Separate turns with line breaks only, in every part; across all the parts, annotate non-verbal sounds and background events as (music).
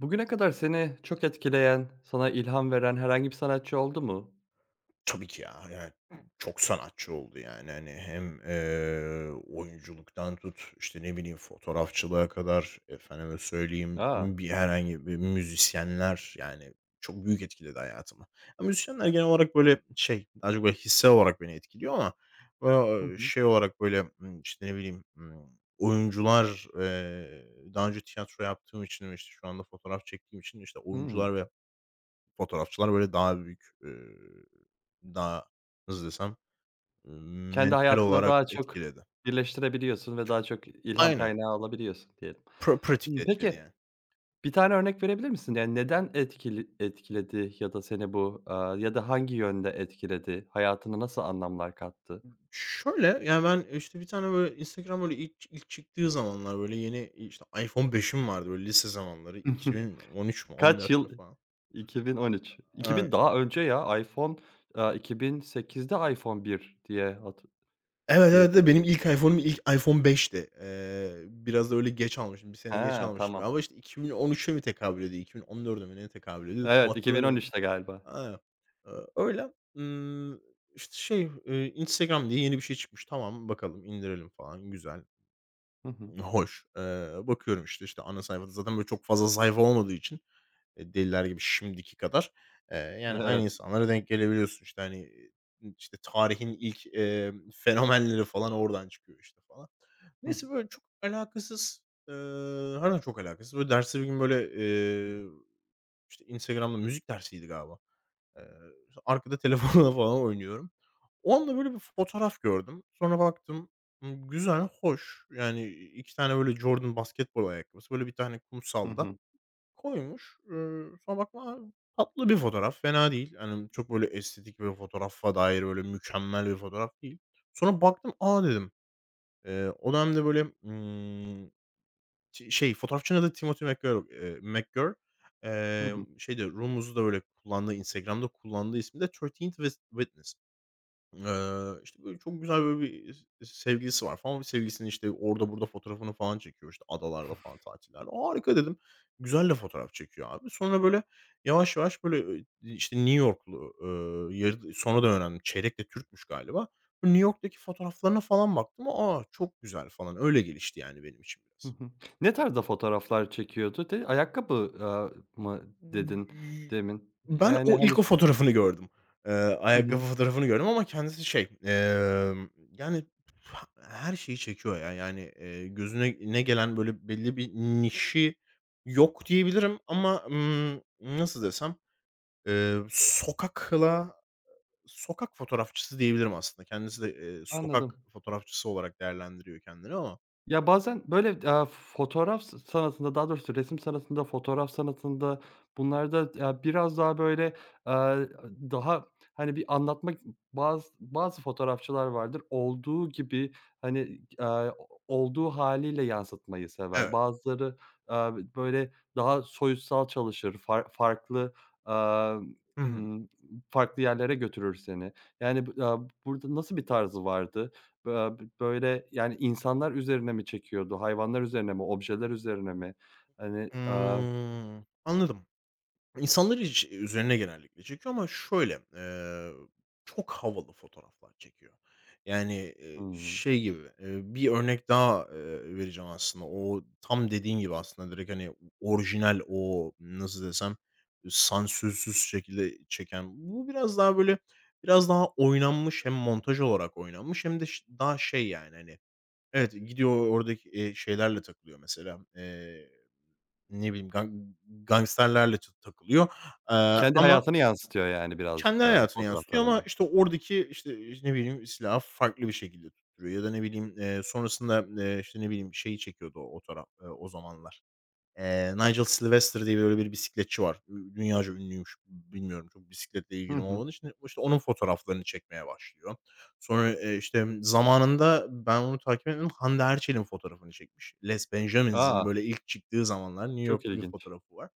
Bugüne kadar seni çok etkileyen, sana ilham veren herhangi bir sanatçı oldu mu?
Tabii ki ya. Yani çok sanatçı oldu yani. Hani hem, oyunculuktan tut, işte, ne bileyim, fotoğrafçılığa kadar, efendime söyleyeyim,
A!
herhangi bir müzisyenler, yani, çok büyük etkiledi hayatımı. Ya, müzisyenler genel olarak böyle şey, daha çok böyle hisse olarak beni etkiliyor ama,
Hı hı.
şey olarak böyle, işte, ne bileyim, oyuncular, daha önce tiyatro yaptığım için ve, işte, şu anda fotoğraf çektiğim için, işte,
Hımm.
oyuncular ve fotoğrafçılar böyle daha büyük, daha nasıl desem,
Kendi
mental
hayatına
olarak
daha çok
etkiledi.
birleştirebiliyorsun ve daha çok ilham
Aynen.
kaynağı alabiliyorsun diyelim.
Pratikte
Hımm,
etkiledi
peki,
yani.
bir tane örnek verebilir misin? Yani, neden etkiledi ya da seni bu, ya da hangi yönde etkiledi? Hayatına nasıl anlamlar kattı?
Şöyle, yani, ben, işte, bir tane böyle Instagram böyle ilk çıktığı zamanlar böyle yeni, işte, iPhone 5'im vardı böyle lise zamanları
(laughs)
2013 mü
Kaç
14 mü
yıl?
falan.
2013.
Aaa,
2000 daha önce ya. iPhone, 2008'de iPhone 1 diye hatı
evet,
diye
evet, evet, benim
biliyorum.
ilk iPhone'um ilk iPhone 5'ti. Biraz da öyle geç almışım, bir
He,
sene geç almıştım
tamam.
galiba. İşte, 2013'e mi tekabül ediyor, 2014'e mi neye tekabül ediyor tam
Evet,
hatırlamıyorum.
2013'te galiba.
Aynen. Öyle. Imm, işte, şey, Instagram diye yeni bir şey çıkmış. Tamam, bakalım, indirelim falan. Güzel,
Hı hı.
hoş. Bakıyorum, işte, ana sayfada zaten böyle çok fazla sayfa olmadığı için, deliler gibi şimdiki kadar, yani aynı
Evet.
insanlara denk gelebiliyorsun. İşte, hani, işte, tarihin ilk, fenomenleri falan oradan çıkıyor, işte, falan.
Hıh.
Neyse, böyle çok alakasız, eee, harbiden çok alakasız. Böyle derste bir gün böyle, işte, Instagram'da müzik dersiydi galiba. Eee, arkada (laughs) telefonla falan oynuyorum. O anda böyle bir fotoğraf gördüm. Sonra baktım, güzel, hoş. Yani, 2 tane böyle Jordan basketbol ayakkabısı, böyle bir tane
Hı
kumsalda
hı.
koymuş. Sonra baktım, a, tatlı bir fotoğraf, fena değil. Hani, çok böyle estetik bir fotoğrafa dair böyle mükemmel bir fotoğraf değil. Sonra baktım, "A!" dedim. O dönemde böyle, Ç şey, fotoğrafçının adı Timothy McGur McGuire.
Hı hı.
Şeyde, Rumus'u da böyle kullandığı, Instagram'da kullandığı ismi de 13 Witness. İşte, böyle çok güzel böyle bir sevgilisi var falan. Sevgilisinin, işte, orada burada fotoğrafını falan çekiyor, işte, adalarda falan tatillerde. "Harika." dedim. Güzel de fotoğraf çekiyor abi. Sonra böyle yavaş yavaş böyle, işte, New Yorklu, yarı sonradan öğrendim. Çeyrek de Türkmüş galiba. Bu New York'taki fotoğraflarına falan baktım. A, çok güzel falan. Öyle gelişti yani benim için
Hı
biraz.
hı. Ne tarzda fotoğraflar çekiyordu? De ayakkabı, aaa, mı dedin demin?
Ben
Yani,
o
hani,
ilk o fotoğrafını gördüm. Eee,
Hı
ayakkabı
hı.
fotoğrafını gördüm ama kendisi şey, yani, her şeyi çekiyor ya. Yani, gözüne ne gelen böyle belli bir nişi yok diyebilirim ama, nasıl desem, eee, sokakla sokak fotoğrafçısı diyebilirim aslında. Kendisi de,
Anladım.
sokak fotoğrafçısı olarak değerlendiriyor kendini ama.
Ya, bazen, böyle, fotoğraf sanatında, daha doğrusu resim sanatında, fotoğraf sanatında, bunlarda, ya, biraz daha, böyle, eee, daha, hani, bir anlatmak bazı fotoğrafçılar vardır, olduğu gibi, hani, olduğu haliyle yansıtmayı sever.
Evet.
Bazıları, eee, böyle, daha soyutsal çalışır, farklı, emm,
Hı hı.
ımm, farklı yerlere götürür seni. Yani, burada nasıl bir tarzı vardı? Böyle, yani, insanlar üzerine mi çekiyordu? Hayvanlar üzerine mi? Objeler üzerine mi? Hani,
Anladım. İnsanlar üzerine genellikle çekiyor ama şöyle, çok havalı fotoğraflar çekiyor. Yani,
hımm.
şey gibi, bir örnek daha, vereceğim aslında. O tam dediğin gibi aslında direkt, hani, orijinal o nasıl desem, sansürsüz şekilde çeken. Bu biraz daha böyle, biraz daha oynanmış hem montaj olarak oynanmış hem de daha şey yani, hani, evet, gidiyor oradaki, şeylerle takılıyor mesela. Ne bileyim, gangsterlerle takılıyor. Eee,
Kendi
ama
hayatını yansıtıyor, yani, birazcık
kendi
daha
hayatını yansıtıyor ama,
fotoğraflarında.
işte, oradaki, işte, ne bileyim, silahı farklı bir şekilde tutturuyor ya da ne bileyim, sonrasında, işte, ne bileyim, şeyi çekiyordu o taraf, o zamanlar. Nigel Sylvester diye böyle bir bisikletçi var. Dünyaca ünlüymüş. Bilmiyorum, çok bisikletle
Hı
ilgilim
hı.
olmadığı için. İşte onun fotoğraflarını çekmeye başlıyor. Sonra, işte zamanında ben onu takip etmedim, Hande Erçel'in fotoğrafını çekmiş. Les
A!
Benjamins'in böyle ilk çıktığı zamanlar New
Çok
York'ta bir
ilginç.
fotoğrafı var.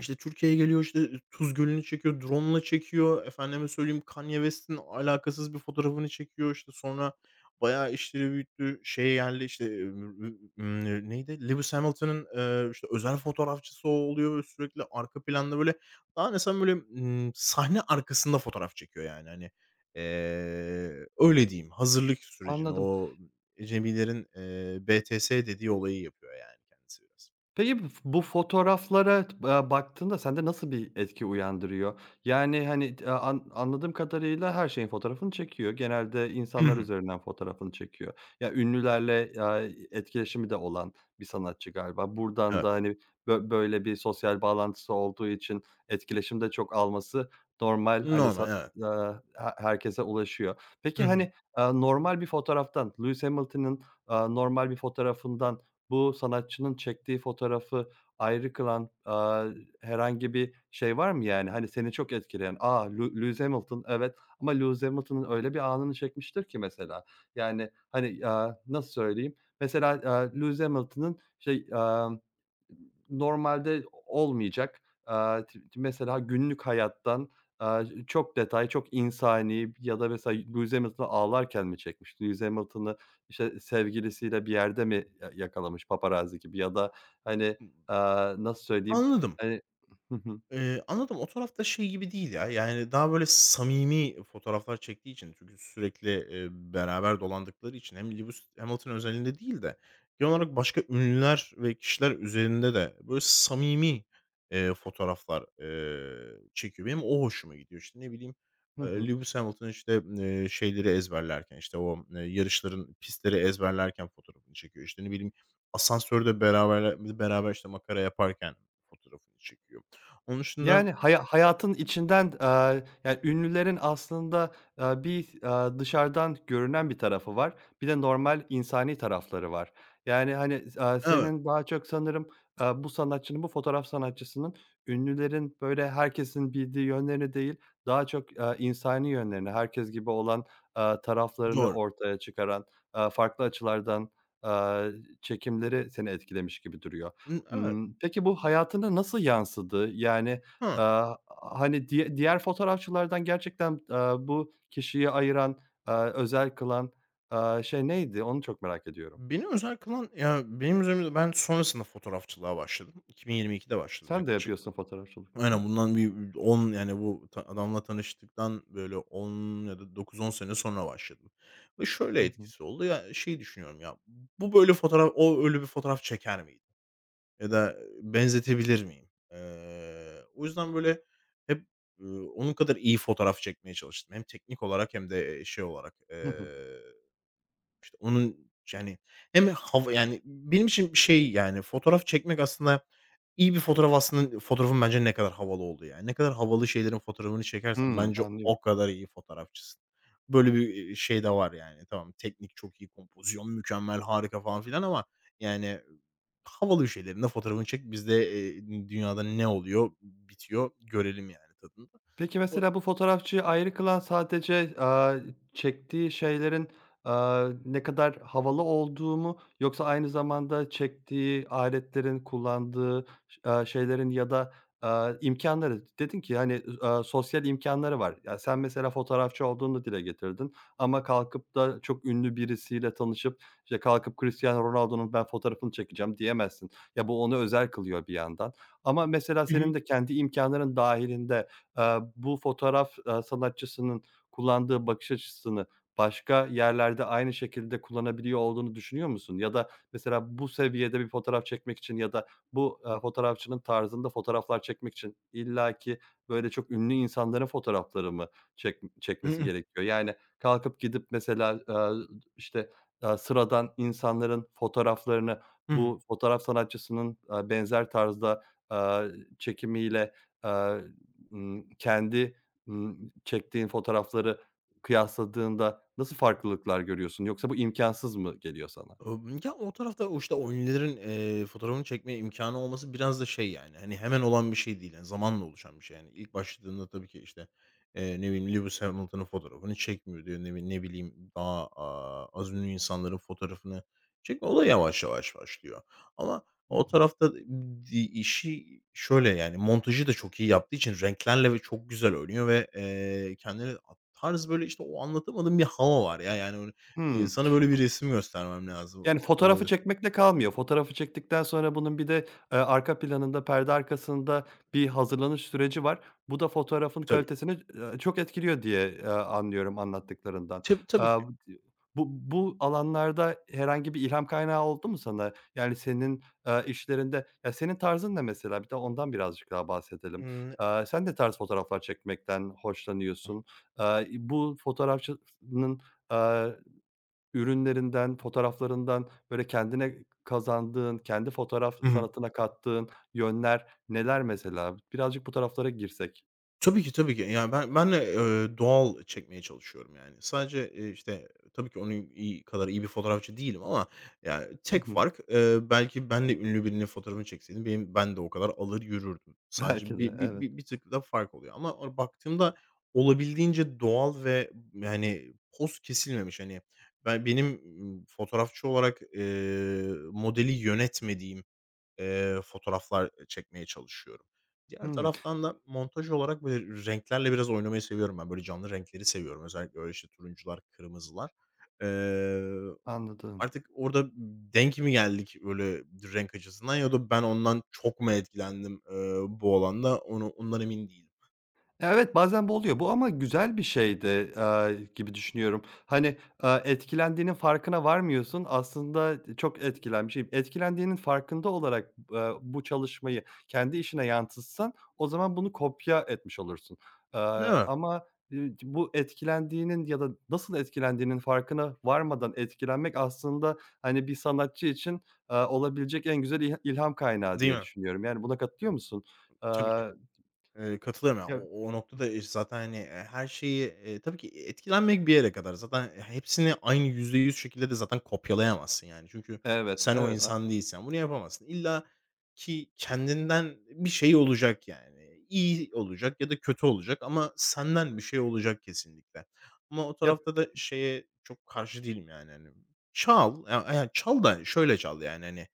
İşte, Türkiye'ye geliyor, işte, Tuz Gölü'nü çekiyor, drone'la çekiyor, efendime söyleyeyim, Kanye West'in alakasız bir fotoğrafını çekiyor, işte, sonra bayağı işleri büyüttü, şeye geldi, işte, neydi, Lewis Hamilton'ın, işte, özel fotoğrafçısı o oluyor ve sürekli arka planda, böyle, daha ne sen böyle, sahne arkasında fotoğraf çekiyor, yani, hani. Öyle diyeyim, hazırlık sürecini,
Anladım.
o ecemilerin, BTS dediği olayı yapıyor, yani, kendisi biraz.
Peki, bu fotoğraflara baktığında sende nasıl bir etki uyandırıyor? Yani, hani, t an anladığım kadarıyla her şeyin fotoğrafını çekiyor. Genelde insanlar
(clears throat)
üzerinden fotoğrafını çekiyor. Ya, ünlülerle, etkileşimi de olan bir sanatçı galiba. Buradan
Evet.
da, hani, böyle bir sosyal bağlantısı olduğu için etkileşim de çok alması normal. Hani,
Normal, evet.
he herkese ulaşıyor. Peki,
Hı hı.
hani, normal bir fotoğraftan, Lewis Hamilton'ın, normal bir fotoğrafından bu sanatçının çektiği fotoğrafı ayrı kılan, herhangi bir şey var mı yani? Hani, seni çok etkileyen, "A, Lewis Hamilton, evet ama Lewis Hamilton'ın öyle bir anını çekmiştir ki mesela." Yani, hani, nasıl söyleyeyim? Mesela, Lewis Hamilton'ın şey, normalde olmayacak, aaa, t mesela günlük hayattan, çok detay, çok insani ya da mesela Lewis Hamilton'ı ağlarken mi çekmiş? Lewis Hamilton'ı işte, sevgilisiyle bir yerde mi ya yakalamış paparazzi gibi ya da, hani, nasıl söyleyeyim,
Anladım.
hani (laughs) Hı hı.
Anladım. O tarafta şey gibi değil ya, yani, daha böyle samimi fotoğraflar çektiği için çünkü sürekli, beraber dolandıkları için hem Lewis Hamilton özelinde değil de genel olarak başka ünlüler ve kişiler üzerinde de böyle samimi, fotoğraflar, çekiyor. Benim o hoşuma gidiyor. İşte, ne bileyim,
Hı hı.
Lewis Hamilton, işte, şeyleri ezberlerken, işte, o, yarışların pistleri ezberlerken fotoğrafını çekiyor. İşte, ne bileyim, asansörde beraber, işte, makara yaparken fotoğrafını çekiyor. Onun dışında.
Yani, hayatın içinden, yani, ünlülerin aslında, bir, dışarıdan görünen bir tarafı var. Bir de normal insani tarafları var. Yani, hani,
Evet,
senin daha çok sanırım, bu sanatçının, bu fotoğraf sanatçısının ünlülerin, böyle, herkesin bildiği yönlerini değil, daha çok, insani yönlerini, herkes gibi olan, taraflarını
doğru.
ortaya çıkaran, farklı açılardan, eee, çekimleri seni etkilemiş gibi duruyor.
Evet.
Imm, peki bu hayatına nasıl yansıdı? Yani,
Ha,
aaa, hani, diğer fotoğrafçılardan gerçekten, bu kişiyi ayıran, özel kılan, şey neydi? Onu çok merak ediyorum.
beni özel kılan ya, benim üzerimde ben sonrasında fotoğrafçılığa başladım. 2022'de başladım
Sen de
yaklaşık.
yapıyorsun fotoğrafçılık. Hı hı.
Aynen, bundan bir 10 yani bu adamla tanıştıktan böyle 10 ya da dokuz on sene sonra başladım ve
Hı
şöyle
hı.
etkisi oldu. Ya, şeyi düşünüyorum ya, bu böyle fotoğraf o öyle bir fotoğraf çeker miydi? Ya da benzetebilir miyim? O yüzden böyle hep, eee, onun kadar iyi fotoğraf çekmeye çalıştım. Hem teknik olarak hem de, şey olarak,
Hı hı.
işte, onun yani hem hava yani benim için şey, yani, fotoğraf çekmek aslında iyi bir fotoğraf aslında fotoğrafın bence ne kadar havalı olduğu yani. Ne kadar havalı şeylerin fotoğrafını çekersen
Hımm,
bence
anlıyorum.
o kadar iyi fotoğrafçısın. Böyle bir, şey de var yani. Tamam, teknik çok iyi, kompozisyon mükemmel, harika falan filan ama yani havalı şeylerin de fotoğrafını çek. Bizde, dünyada ne oluyor, bitiyor görelim yani tadında.
Peki,
O
mesela bu fotoğrafçıyı ayrı kılan sadece, çektiği şeylerin, ne kadar havalı olduğu mu yoksa aynı zamanda çektiği aletlerin, kullandığı şeylerin ya da, imkânları dedin ki, hani, sosyal imkânları var. Ya, sen mesela fotoğrafçı olduğunu da dile getirdin ama kalkıp da çok ünlü birisiyle tanışıp, işte, kalkıp Cristiano Ronaldo'nun ben fotoğrafını çekeceğim diyemezsin. Ya, bu onu özel kılıyor bir yandan ama mesela
Hı
senin
hı.
de kendi imkânların dâhilinde bu fotoğraf, sanatçısının kullandığı bakış açısını başka yerlerde aynı şekilde kullanabiliyor olduğunu düşünüyor musun? Ya da mesela bu seviyede bir fotoğraf çekmek için ya da bu, fotoğrafçının tarzında fotoğraflar çekmek için illaki böyle çok ünlü insanların fotoğrafları mı
Hı
çekmesi
hı.
gerekiyor? Yani kalkıp gidip mesela, işte, sıradan insanların fotoğraflarını
Hı hı.
bu fotoğraf sanatçısının, benzer tarzda, eee, çekimiyle, imm, kendi, çektiğin fotoğrafları kıyasladığında nasıl farklılıklar görüyorsun? Yoksa bu imkansız mı geliyor sana?
Ya, o tarafta o, işte, o ünlülerin, fotoğrafını çekme imkânı olması biraz da şey, yani, hani, hemen olan bir şey değil. Yani, zamanla oluşan bir şey. Yani, ilk başladığında tabii ki, işte, ne bileyim, Lewis Hamilton'ın fotoğrafını çekmiyor diyor. Ne bileyim, daha, az ünlü insanların fotoğrafını çekme. O da yavaş yavaş başlıyor. Ama
Hı
o
hı.
tarafta işi şöyle, yani, montajı da çok iyi yaptığı için renklerle ve çok güzel oynuyor ve, kendine tarz, böyle, işte, o anlatamadığım bir hava var ya. Yani,
Hıı.
sana böyle bir resim göstermem lazım.
Yani,
O
fotoğrafı
olabilir.
çekmekle kalmıyor. Fotoğrafı çektikten sonra bunun bir de, arka planında, perde arkasında bir hazırlanış süreci var. Bu da fotoğrafın
Tabii.
kalitesini, çok etkiliyor diye, anlıyorum anlattıklarından.
Tab
Eee,
tabii ki.
bu alanlarda herhangi bir ilham kaynağı oldu mu sana? Yani, senin, işlerinde ya, senin tarzın ne mesela? Bir de ondan birazcık daha bahsedelim.
Imm
Sen de tarz fotoğraflar çekmekten hoşlanıyorsun? Bu fotoğrafçının, ürünlerinden, fotoğraflarından, böyle, kendine kazandığın, kendi fotoğraf
Hı hı.
sanatına kattığın yönler neler mesela? Birazcık bu taraflara girsek.
Tabii ki, tabii ki. Yani, ben de, doğal çekmeye çalışıyorum yani. Sadece, işte, tabii ki onun kadar iyi bir fotoğrafçı değilim ama yani
Hı
tek
hı.
fark, belki ben de ünlü birinin fotoğrafını çekseydim ben de o kadar alır yürürdüm.
(laughs) Belki
Sadece
de,
bir bir
evet.
bir bir tık da fark oluyor ama o baktığımda olabildiğince doğal ve yani poz kesilmemiş. Hani, benim, fotoğrafçı olarak, modeli yönetmediğim fotoğraflar çekmeye çalışıyorum. Diğer
Hımm,
taraftan da montaj olarak, böyle, renklerle biraz oynamayı seviyorum ben. Böyle, canlı renkleri seviyorum. Özellikle öyle, işte, turuncular, kırmızılar. Eee,
anladım.
artık orada denk mi geldik, böyle, renk açısından ya da ben ondan çok mu etkilendim, bu alanda ondan emin değilim.
Evet, bazen bu oluyor. Bu ama güzel bir şey de, gibi düşünüyorum. Hani, etkilendiğinin farkına varmıyorsun. Aslında çok etkilenmişim. Etkilendiğinin farkında olarak, bu çalışmayı kendi işine yansıtsan o zaman bunu kopya etmiş olursun. Eee,
Değil mi?
ama, bu etkilendiğinin ya da nasıl etkilendiğinin farkına varmadan etkilenmek aslında, hani, bir sanatçı için, olabilecek en güzel ilham kaynağı
Değil
diye
mi?
düşünüyorum. Yani, buna katılıyor musun?
Tabii ki.
Eee,
Katılıyorum ya.
ya
O noktada, zaten, hani, her şeyi, tabii ki etkilenmek bir yere kadar. Zaten hepsini aynı %100 şekilde de zaten kopyalayamazsın, yani. Çünkü
Evet,
sen o
evet.
insan değilsen bunu yapamazsın. İlla ki kendinden bir şey olacak, yani. İyi olacak ya da kötü olacak ama senden bir şey olacak kesinlikle. Ama o
Ya,
tarafta da şeye çok karşı değilim, yani, hani. Çal, ya ya çal da şöyle çal, yani, hani,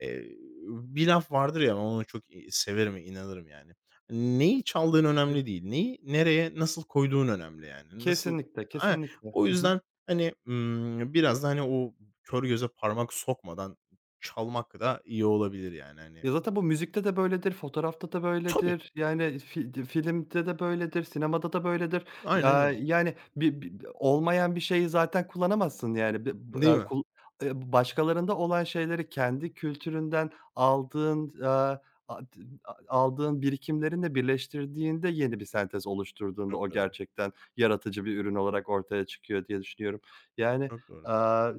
eee, bir laf vardır ya, ben onu çok, severim, inanırım, yani. Neyi çaldığın
e
önemli değil. Neyi nereye, nasıl koyduğun önemli yani.
kesinlikle,
Aynen.
kesinlikle.
O
Hı hı.
yüzden, hani, biraz da, hani, o kör göze parmak sokmadan çalmak da iyi olabilir yani, hani.
Ya, zaten bu müzikte de böyledir, fotoğrafta da
Tabii,
böyledir, yani, fi di filmde de böyledir, sinemada da böyledir.
aynen
Aaa,
öyle.
yani, bi bi olmayan bir şeyi zaten kullanamazsın, yani. Bi
Değil
aaa,
mi?
kul başkalarında olan şeyleri kendi kültüründen aldığın, aaa, a d a aldığın birikimlerinle birleştirdiğinde yeni bir sentez oluşturduğunda o
Çok doğru,
gerçekten yaratıcı bir ürün olarak ortaya çıkıyor diye düşünüyorum. Yani,
çok doğru.
aaa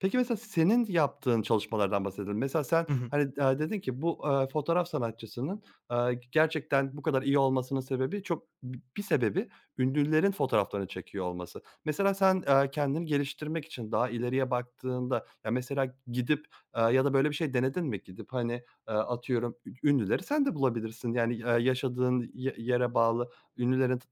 Peki, mesela senin yaptığın çalışmalardan bahsedelim. Mesela sen,
Hı hı.
hani, dedin ki bu, fotoğraf sanatçısının, gerçekten bu kadar iyi olmasının sebebi bir sebebi ünlülerin fotoğraflarını çekiyor olması. Mesela sen, kendini geliştirmek için daha ileriye baktığında, ya, mesela gidip, ya da böyle bir şey denedin mi? Gidip, hani, atıyorum ünlüleri sen de bulabilirsin. Yani, yaşadığın yere bağlı ünlülerin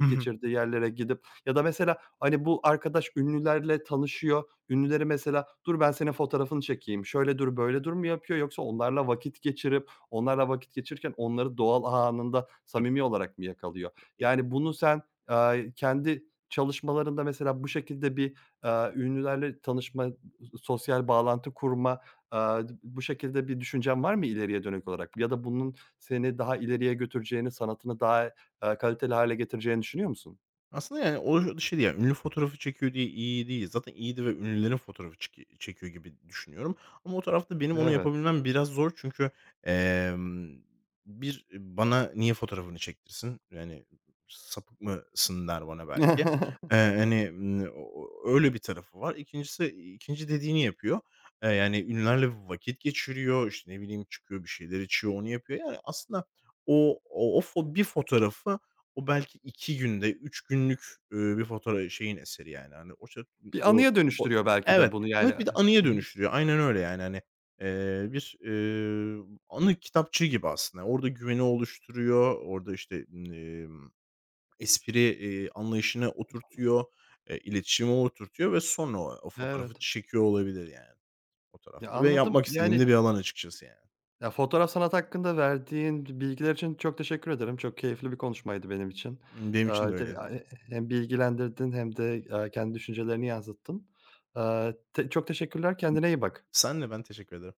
Hı hı.
geçirdiği yerlere gidip ya da mesela, hani, bu arkadaş ünlülerle tanışıyor, ünlüleri mesela, "Dur ben senin fotoğrafını çekeyim, şöyle dur, böyle dur." mu yapıyor yoksa onlarla vakit geçirip, onlarla vakit geçirirken onları doğal anında samimi olarak mı yakalıyor? Yani bunu sen, kendi çalışmalarında mesela bu şekilde bir, ünlülerle tanışma, sosyal bağlantı kurma, eee, bu şekilde bir düşüncen var mı ileriye dönük olarak? Ya da bunun seni daha ileriye götüreceğini, sanatını daha, kaliteli hâle getireceğini düşünüyor musun?
Aslında, yani, o şey değil, yani, ünlü fotoğrafı çekiyor diye iyi değil. Zaten iyiydi ve ünlülerin fotoğrafı çekiyor gibi düşünüyorum ama o tarafta benim onu
Evet.
yapabilmem biraz zor çünkü, emm, bir bana niye fotoğrafını çektirsin? Yani, sapık mısın der bana belki.
(laughs)
Hani, o öyle bir tarafı var. 2'ncisi ikinci dediğini yapıyor. Yani, ünlülerle vakit geçiriyor, işte, ne bileyim, çıkıyor, bir şeyler içiyor, onu yapıyor. Yani, aslında o o o fo bir fotoğrafı o belki 2 günde, 3 günlük, bir fotoğra şeyin eseri yani, hani, o ça
Bir
o
anıya
o
dönüştürüyor belki de
Evet,
bunu yani.
evet,
Hı
bir de anıya
hı.
dönüştürüyor. Aynen öyle yani, hani, bir, anı kitapçığı gibi aslında. Orada güveni oluşturuyor, orada, işte, emm, espri, anlayışını oturtuyor, iletişime oturtuyor ve sonra o fotoğrafı
Evet.
çekiyor olabilir yani o
Ya,
tarafta ve
anladım.
yapmak istediğim
Yani,
de bir alan açıkçası yani.
ya, fotoğraf sanatı hakkında verdiğin bilgiler için çok teşekkür ederim. Çok keyifli bir konuşmaydı benim için.
Benim için
Aaa,
de
te
öyle.
a e hem bilgilendirdin hem de, kendi düşüncelerini yansıttın. Aaa, te çok teşekkürler. Kendine iyi bak.
Senle ben teşekkür ederim.